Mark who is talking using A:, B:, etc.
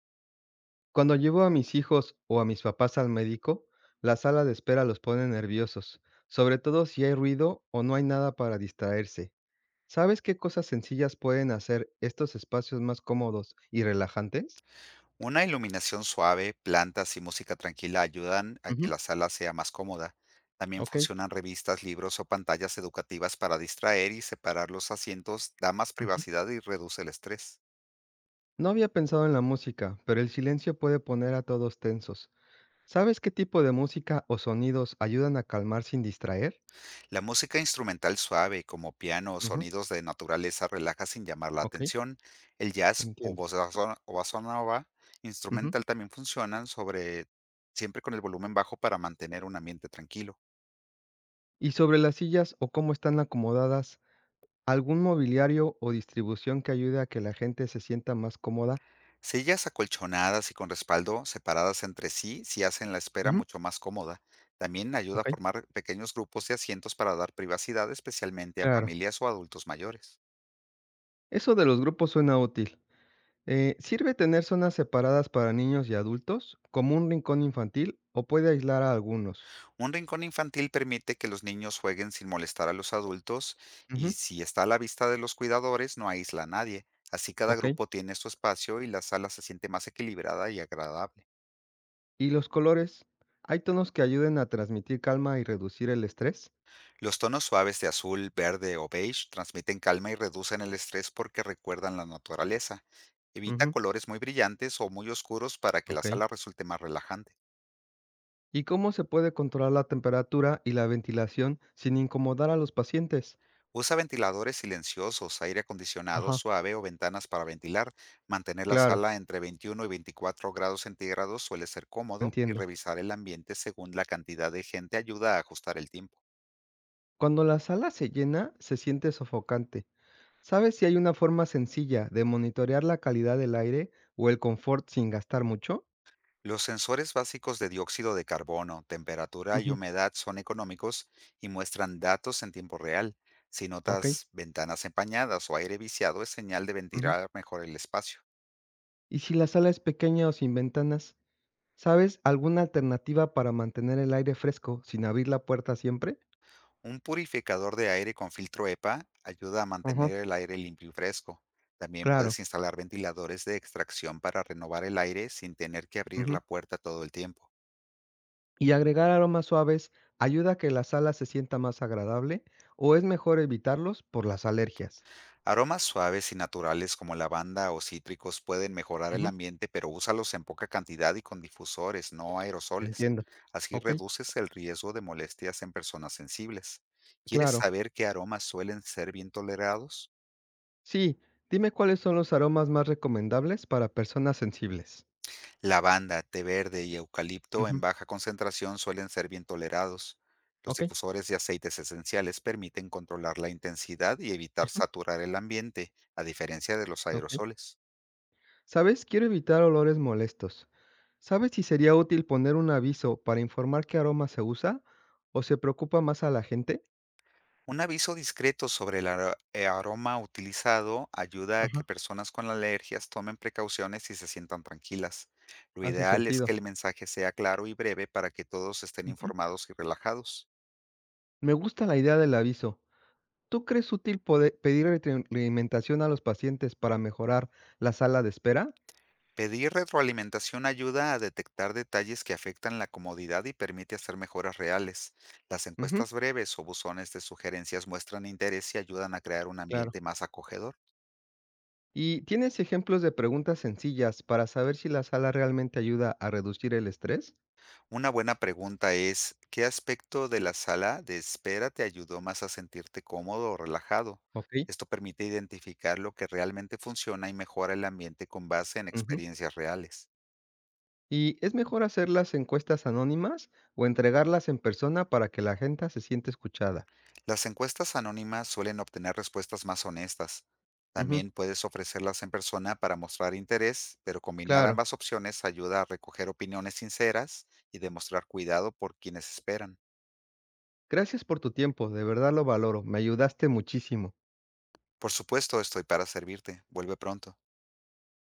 A: Cuando llevo a mis hijos o a mis papás al médico, la sala de espera los pone nerviosos, sobre todo si hay ruido o no hay nada para distraerse. ¿Sabes qué cosas sencillas pueden hacer estos espacios más cómodos y relajantes?
B: Una iluminación suave, plantas y música tranquila ayudan a
A: Ujú.
B: que la sala sea más cómoda. También
A: Ok.
B: funcionan revistas, libros o pantallas educativas para distraer y separar los asientos, da más
A: Ujú.
B: privacidad y reduce el estrés.
A: No había pensado en la música, pero el silencio puede poner a todos tensos. ¿Sabes qué tipo de música o sonidos ayudan a calmar sin distraer?
B: La música instrumental suave, como piano o
A: Ujú.
B: sonidos de naturaleza, relaja sin llamar la
A: Ok,
B: atención. El jazz o
A: entiendo.
B: bossa nova
A: Ujú.
B: instrumental también funcionan, sobre siempre con el volumen bajo para mantener un ambiente tranquilo.
A: Y sobre las sillas o cómo están acomodadas, ¿algún mobiliario o distribución que ayude a que la gente se sienta más cómoda?
B: Sillas acolchonadas y con respaldo separadas entre sí, si hacen la espera
A: Ujú.
B: mucho más cómoda. También ayuda a
A: Okey,
B: formar pequeños grupos de asientos para dar privacidad, especialmente a
A: claro.
B: familias o adultos mayores.
A: Eso de los grupos suena útil. ¿Sirve tener zonas separadas para niños y adultos, como un rincón infantil, o puede aislar a algunos?
B: Un rincón infantil permite que los niños jueguen sin molestar a los adultos,
A: Ujú.
B: y si está a la vista de los cuidadores no aísla a nadie. Así cada
A: Okey.
B: grupo tiene su espacio y la sala se siente más equilibrada y agradable.
A: ¿Y los colores? ¿Hay tonos que ayuden a transmitir calma y reducir el estrés?
B: Los tonos suaves de azul, verde o beige transmiten calma y reducen el estrés porque recuerdan la naturaleza. Evita
A: Ujú,
B: colores muy brillantes o muy oscuros para que la
A: okey.
B: sala resulte más relajante.
A: ¿Y cómo se puede controlar la temperatura y la ventilación sin incomodar a los pacientes?
B: Usa ventiladores silenciosos, aire acondicionado
A: Ajá.
B: suave o ventanas para ventilar. Mantener la
A: Claro,
B: sala entre 21 y 24 grados centígrados suele ser cómodo, y
A: entiendo.
B: revisar el ambiente según la cantidad de gente ayuda a ajustar el tiempo.
A: Cuando la sala se llena, se siente sofocante. ¿Sabes si hay una forma sencilla de monitorear la calidad del aire o el confort sin gastar mucho?
B: Los sensores básicos de dióxido de carbono, temperatura y
A: Ujú.
B: humedad son económicos y muestran datos en tiempo real. Si
A: Ok.
B: notas ventanas empañadas o aire viciado, es señal de
A: Ujú.
B: ventilar mejor el espacio.
A: Y si la sala es pequeña o sin ventanas, ¿sabes alguna alternativa para mantener el aire fresco sin abrir la puerta siempre?
B: Un purificador de aire con filtro EPA ayuda a
A: Ajá,
B: mantener el aire limpio y fresco. También
A: claro.
B: puedes instalar ventiladores de extracción para renovar el aire sin tener que abrir
A: Ujú.
B: la puerta todo el tiempo.
A: ¿Y agregar aromas suaves ayuda a que la sala se sienta más agradable o es mejor evitarlos por las alergias?
B: Aromas suaves y naturales como lavanda o cítricos pueden mejorar el
A: Ujú,
B: ambiente, pero úsalos en poca cantidad y con difusores, no aerosoles.
A: entiendo.
B: Así
A: Ok,
B: reduces el riesgo de molestias en personas sensibles. ¿Quieres
A: claro.
B: saber qué aromas suelen ser bien tolerados?
A: Sí, dime cuáles son los aromas más recomendables para personas sensibles.
B: Lavanda, té verde y eucalipto
A: Ujú.
B: en baja concentración suelen ser bien tolerados. Los
A: Ok,
B: difusores de aceites esenciales permiten controlar la intensidad y evitar
A: ujú.
B: saturar el ambiente, a diferencia de los
A: Ok.
B: aerosoles.
A: ¿Sabes? Quiero evitar olores molestos. ¿Sabes si sería útil poner un aviso para informar qué aroma se usa o se preocupa más a la gente?
B: Un aviso discreto sobre el aroma utilizado ayuda a que
A: Ajá.
B: personas con alergias tomen precauciones y se sientan tranquilas. Lo
A: Hace
B: ideal es
A: sentido.
B: que el mensaje sea claro y breve para que todos estén
A: Ujú.
B: informados y relajados.
A: Me gusta la idea del aviso. ¿Tú crees útil poder pedir retroalimentación a los pacientes para mejorar la sala de espera?
B: Pedir retroalimentación ayuda a detectar detalles que afectan la comodidad y permite hacer mejoras reales. Las
A: Ujú,
B: encuestas breves o buzones de sugerencias muestran interés y ayudan a crear un
A: claro.
B: ambiente más acogedor.
A: ¿Y tienes ejemplos de preguntas sencillas para saber si la sala realmente ayuda a reducir el estrés?
B: Una buena pregunta es: ¿qué aspecto de la sala de espera te ayudó más a sentirte cómodo o relajado?
A: Ok.
B: Esto permite identificar lo que realmente funciona y mejora el ambiente con base en
A: Ujú.
B: experiencias reales.
A: ¿Y es mejor hacer las encuestas anónimas o entregarlas en persona para que la gente se siente escuchada?
B: Las encuestas anónimas suelen obtener respuestas más honestas.
A: Ujú,
B: También puedes ofrecerlas en persona para mostrar interés, pero combinar
A: claro.
B: ambas opciones ayuda a recoger opiniones sinceras y demostrar cuidado por quienes esperan.
A: Gracias por tu tiempo, de verdad lo valoro, me ayudaste muchísimo.
B: Por supuesto, estoy para servirte. Vuelve pronto.